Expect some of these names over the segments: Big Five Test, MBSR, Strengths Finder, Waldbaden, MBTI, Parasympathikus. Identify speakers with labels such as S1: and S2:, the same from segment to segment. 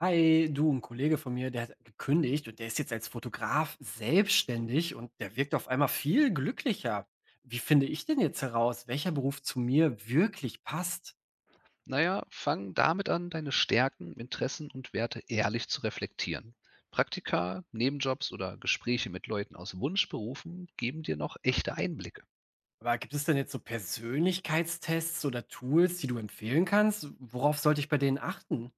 S1: Hi, du, ein Kollege von mir, der hat gekündigt und der ist jetzt als Fotograf selbstständig und der wirkt auf einmal viel glücklicher. Wie finde ich denn jetzt heraus, welcher Beruf zu mir wirklich passt?
S2: Naja, fang damit an, deine Stärken, Interessen und Werte ehrlich zu reflektieren. Praktika, Nebenjobs oder Gespräche mit Leuten aus Wunschberufen geben dir noch echte Einblicke.
S1: Aber gibt es denn jetzt so Persönlichkeitstests oder Tools, die du empfehlen kannst? Worauf sollte ich bei denen achten?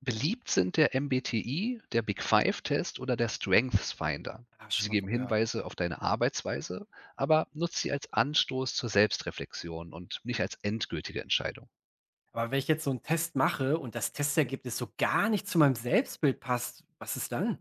S2: Beliebt sind der MBTI, der Big Five Test oder der Strengths Finder.
S1: Ah, schon
S2: Sie
S1: mal
S2: geben
S1: von gehört.
S2: Hinweise auf deine Arbeitsweise, aber nutz sie als Anstoß zur Selbstreflexion und nicht als endgültige Entscheidung.
S1: Aber wenn ich jetzt so einen Test mache und das Testergebnis so gar nicht zu meinem Selbstbild passt, was ist dann?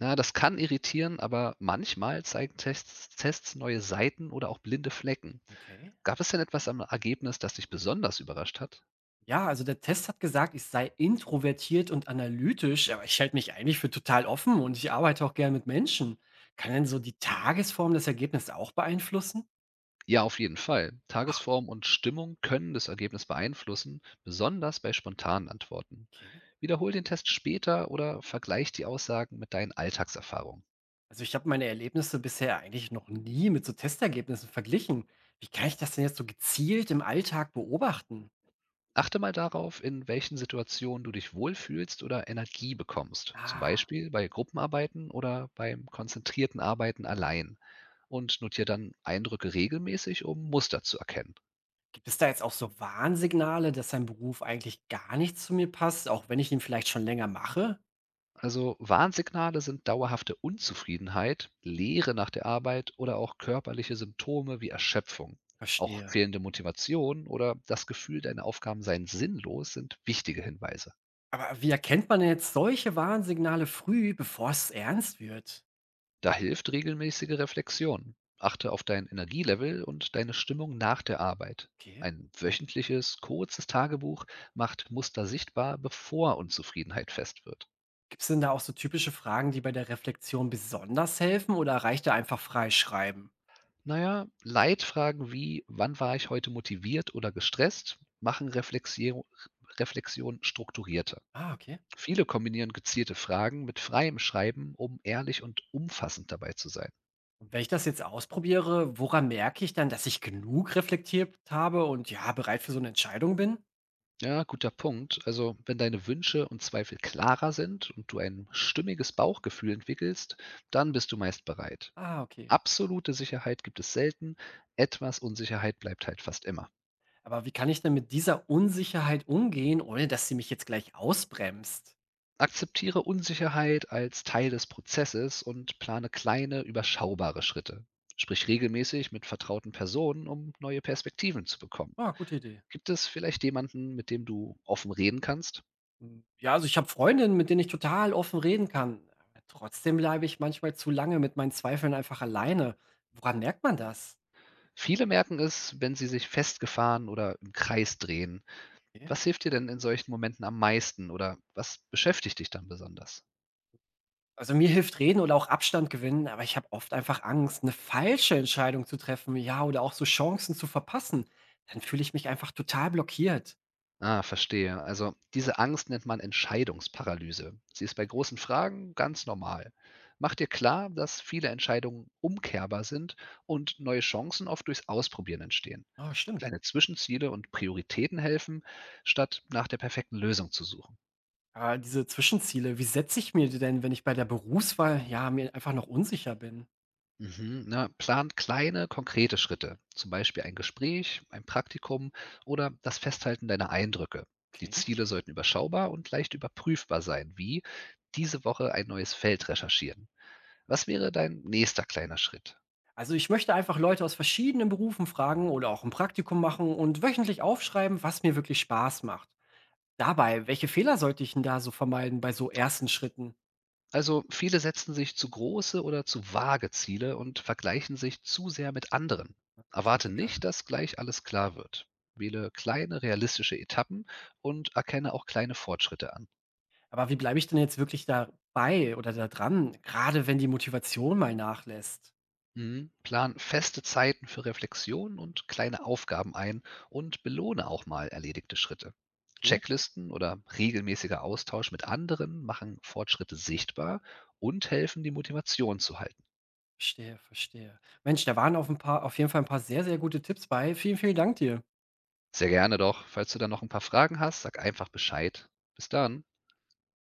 S2: Na, das kann irritieren, aber manchmal zeigen Tests neue Seiten oder auch blinde Flecken.
S1: Okay.
S2: Gab es denn etwas am Ergebnis, das dich besonders überrascht hat?
S1: Ja, also der Test hat gesagt, ich sei introvertiert und analytisch, aber ich halte mich eigentlich für total offen und ich arbeite auch gern mit Menschen. Kann denn so die Tagesform das Ergebnis auch beeinflussen?
S2: Ja, auf jeden Fall.
S1: Ach,
S2: Tagesform und Stimmung können das Ergebnis beeinflussen, besonders bei spontanen Antworten.
S1: okay.
S2: Wiederhol den Test später oder vergleich die Aussagen mit deinen Alltagserfahrungen.
S1: Also ich habe meine Erlebnisse bisher eigentlich noch nie mit so Testergebnissen verglichen. Wie kann ich das denn jetzt so gezielt im Alltag beobachten?
S2: Achte mal darauf, in welchen Situationen du dich wohlfühlst oder Energie bekommst, zum
S1: Ah,
S2: Beispiel bei Gruppenarbeiten oder beim konzentrierten Arbeiten allein. Und notiere dann Eindrücke regelmäßig, um Muster zu erkennen.
S1: gibt es da jetzt auch so Warnsignale, dass sein Beruf eigentlich gar nicht zu mir passt, auch wenn ich ihn vielleicht schon länger mache?
S2: Also Warnsignale sind dauerhafte Unzufriedenheit, Leere nach der Arbeit oder auch körperliche Symptome wie Erschöpfung. Auch
S1: Verstehe.
S2: fehlende Motivation oder das Gefühl, deine Aufgaben seien sinnlos, sind wichtige Hinweise.
S1: Aber wie erkennt man denn jetzt solche Warnsignale früh, bevor es ernst wird?
S2: Da hilft regelmäßige Reflexion. Achte auf dein Energielevel und deine Stimmung nach der Arbeit.
S1: Okay.
S2: Ein wöchentliches, kurzes Tagebuch macht Muster sichtbar, bevor Unzufriedenheit fest wird.
S1: Gibt es denn da auch so typische Fragen, die bei der Reflexion besonders helfen oder reicht da einfach freischreiben?
S2: Naja, Leitfragen wie, wann war ich heute motiviert oder gestresst, machen Reflexion strukturierter.
S1: Ah, okay.
S2: Viele kombinieren gezielte Fragen mit freiem Schreiben, um ehrlich und umfassend dabei zu sein.
S1: Und wenn ich das jetzt ausprobiere, woran merke ich dann, dass ich genug reflektiert habe und, ja, bereit für so eine Entscheidung bin?
S2: Ja, guter Punkt. Also, wenn deine Wünsche und Zweifel klarer sind und du ein stimmiges Bauchgefühl entwickelst, dann bist du meist bereit.
S1: Ah, okay.
S2: Absolute Sicherheit gibt es selten, etwas Unsicherheit bleibt halt fast immer.
S1: Aber wie kann ich denn mit dieser Unsicherheit umgehen, ohne dass sie mich jetzt gleich ausbremst?
S2: Akzeptiere Unsicherheit als Teil des Prozesses und plane kleine, überschaubare Schritte. Sprich regelmäßig mit vertrauten Personen, um neue Perspektiven zu bekommen.
S1: Ah, gute Idee.
S2: Gibt es vielleicht jemanden, mit dem du offen reden kannst?
S1: Hm, ja, also, ich habe Freundinnen, mit denen ich total offen reden kann. Aber trotzdem bleibe ich manchmal zu lange mit meinen Zweifeln einfach alleine. Woran merkt man das?
S2: Viele merken es, wenn sie sich festgefahren oder im Kreis drehen.
S1: Okay.
S2: Was hilft dir denn in solchen Momenten am meisten oder was beschäftigt dich dann besonders?
S1: Also, mir hilft reden oder auch Abstand gewinnen, aber ich habe oft einfach Angst, eine falsche Entscheidung zu treffen, ja, oder auch so Chancen zu verpassen. Dann fühle ich mich einfach total blockiert.
S2: Ah, verstehe. Also diese Angst nennt man Entscheidungsparalyse. Sie ist bei großen Fragen ganz normal. Mach dir klar, dass viele Entscheidungen umkehrbar sind und neue Chancen oft durchs Ausprobieren entstehen.
S1: Ah, stimmt.
S2: Kleine Zwischenziele und Prioritäten helfen, statt nach der perfekten Lösung zu suchen.
S1: Ah, diese Zwischenziele, wie setze ich mir die denn, wenn ich bei der Berufswahl, ja, mir einfach noch unsicher bin?
S2: Mhm. Na, plant kleine, konkrete Schritte, zum Beispiel ein Gespräch, ein Praktikum oder das Festhalten deiner Eindrücke. Die
S1: Okay.
S2: Ziele sollten überschaubar und leicht überprüfbar sein, wie diese Woche ein neues Feld recherchieren. Was wäre dein nächster kleiner Schritt?
S1: Also ich möchte einfach Leute aus verschiedenen Berufen fragen oder auch ein Praktikum machen und wöchentlich aufschreiben, was mir wirklich Spaß macht. Dabei, welche Fehler sollte ich denn da so vermeiden bei so ersten Schritten?
S2: Also viele setzen sich zu große oder zu vage Ziele und vergleichen sich zu sehr mit anderen. Erwarte
S1: Klassiker.
S2: nicht, dass gleich alles klar wird. Wähle kleine, realistische Etappen und erkenne auch kleine Fortschritte an.
S1: Aber wie bleibe ich denn jetzt wirklich dabei oder da dran, gerade wenn die Motivation mal nachlässt?
S2: Mhm. Plan feste Zeiten für Reflexion und kleine Aufgaben ein und belohne auch mal erledigte Schritte.
S1: Okay,
S2: Checklisten oder regelmäßiger Austausch mit anderen machen Fortschritte sichtbar und helfen, die Motivation zu halten.
S1: verstehe, verstehe. Mensch, da waren auf jeden Fall ein paar sehr, sehr gute Tipps bei. Vielen, vielen Dank dir.
S2: Sehr gerne doch. Falls du dann noch ein paar Fragen hast, sag einfach Bescheid. Bis dann.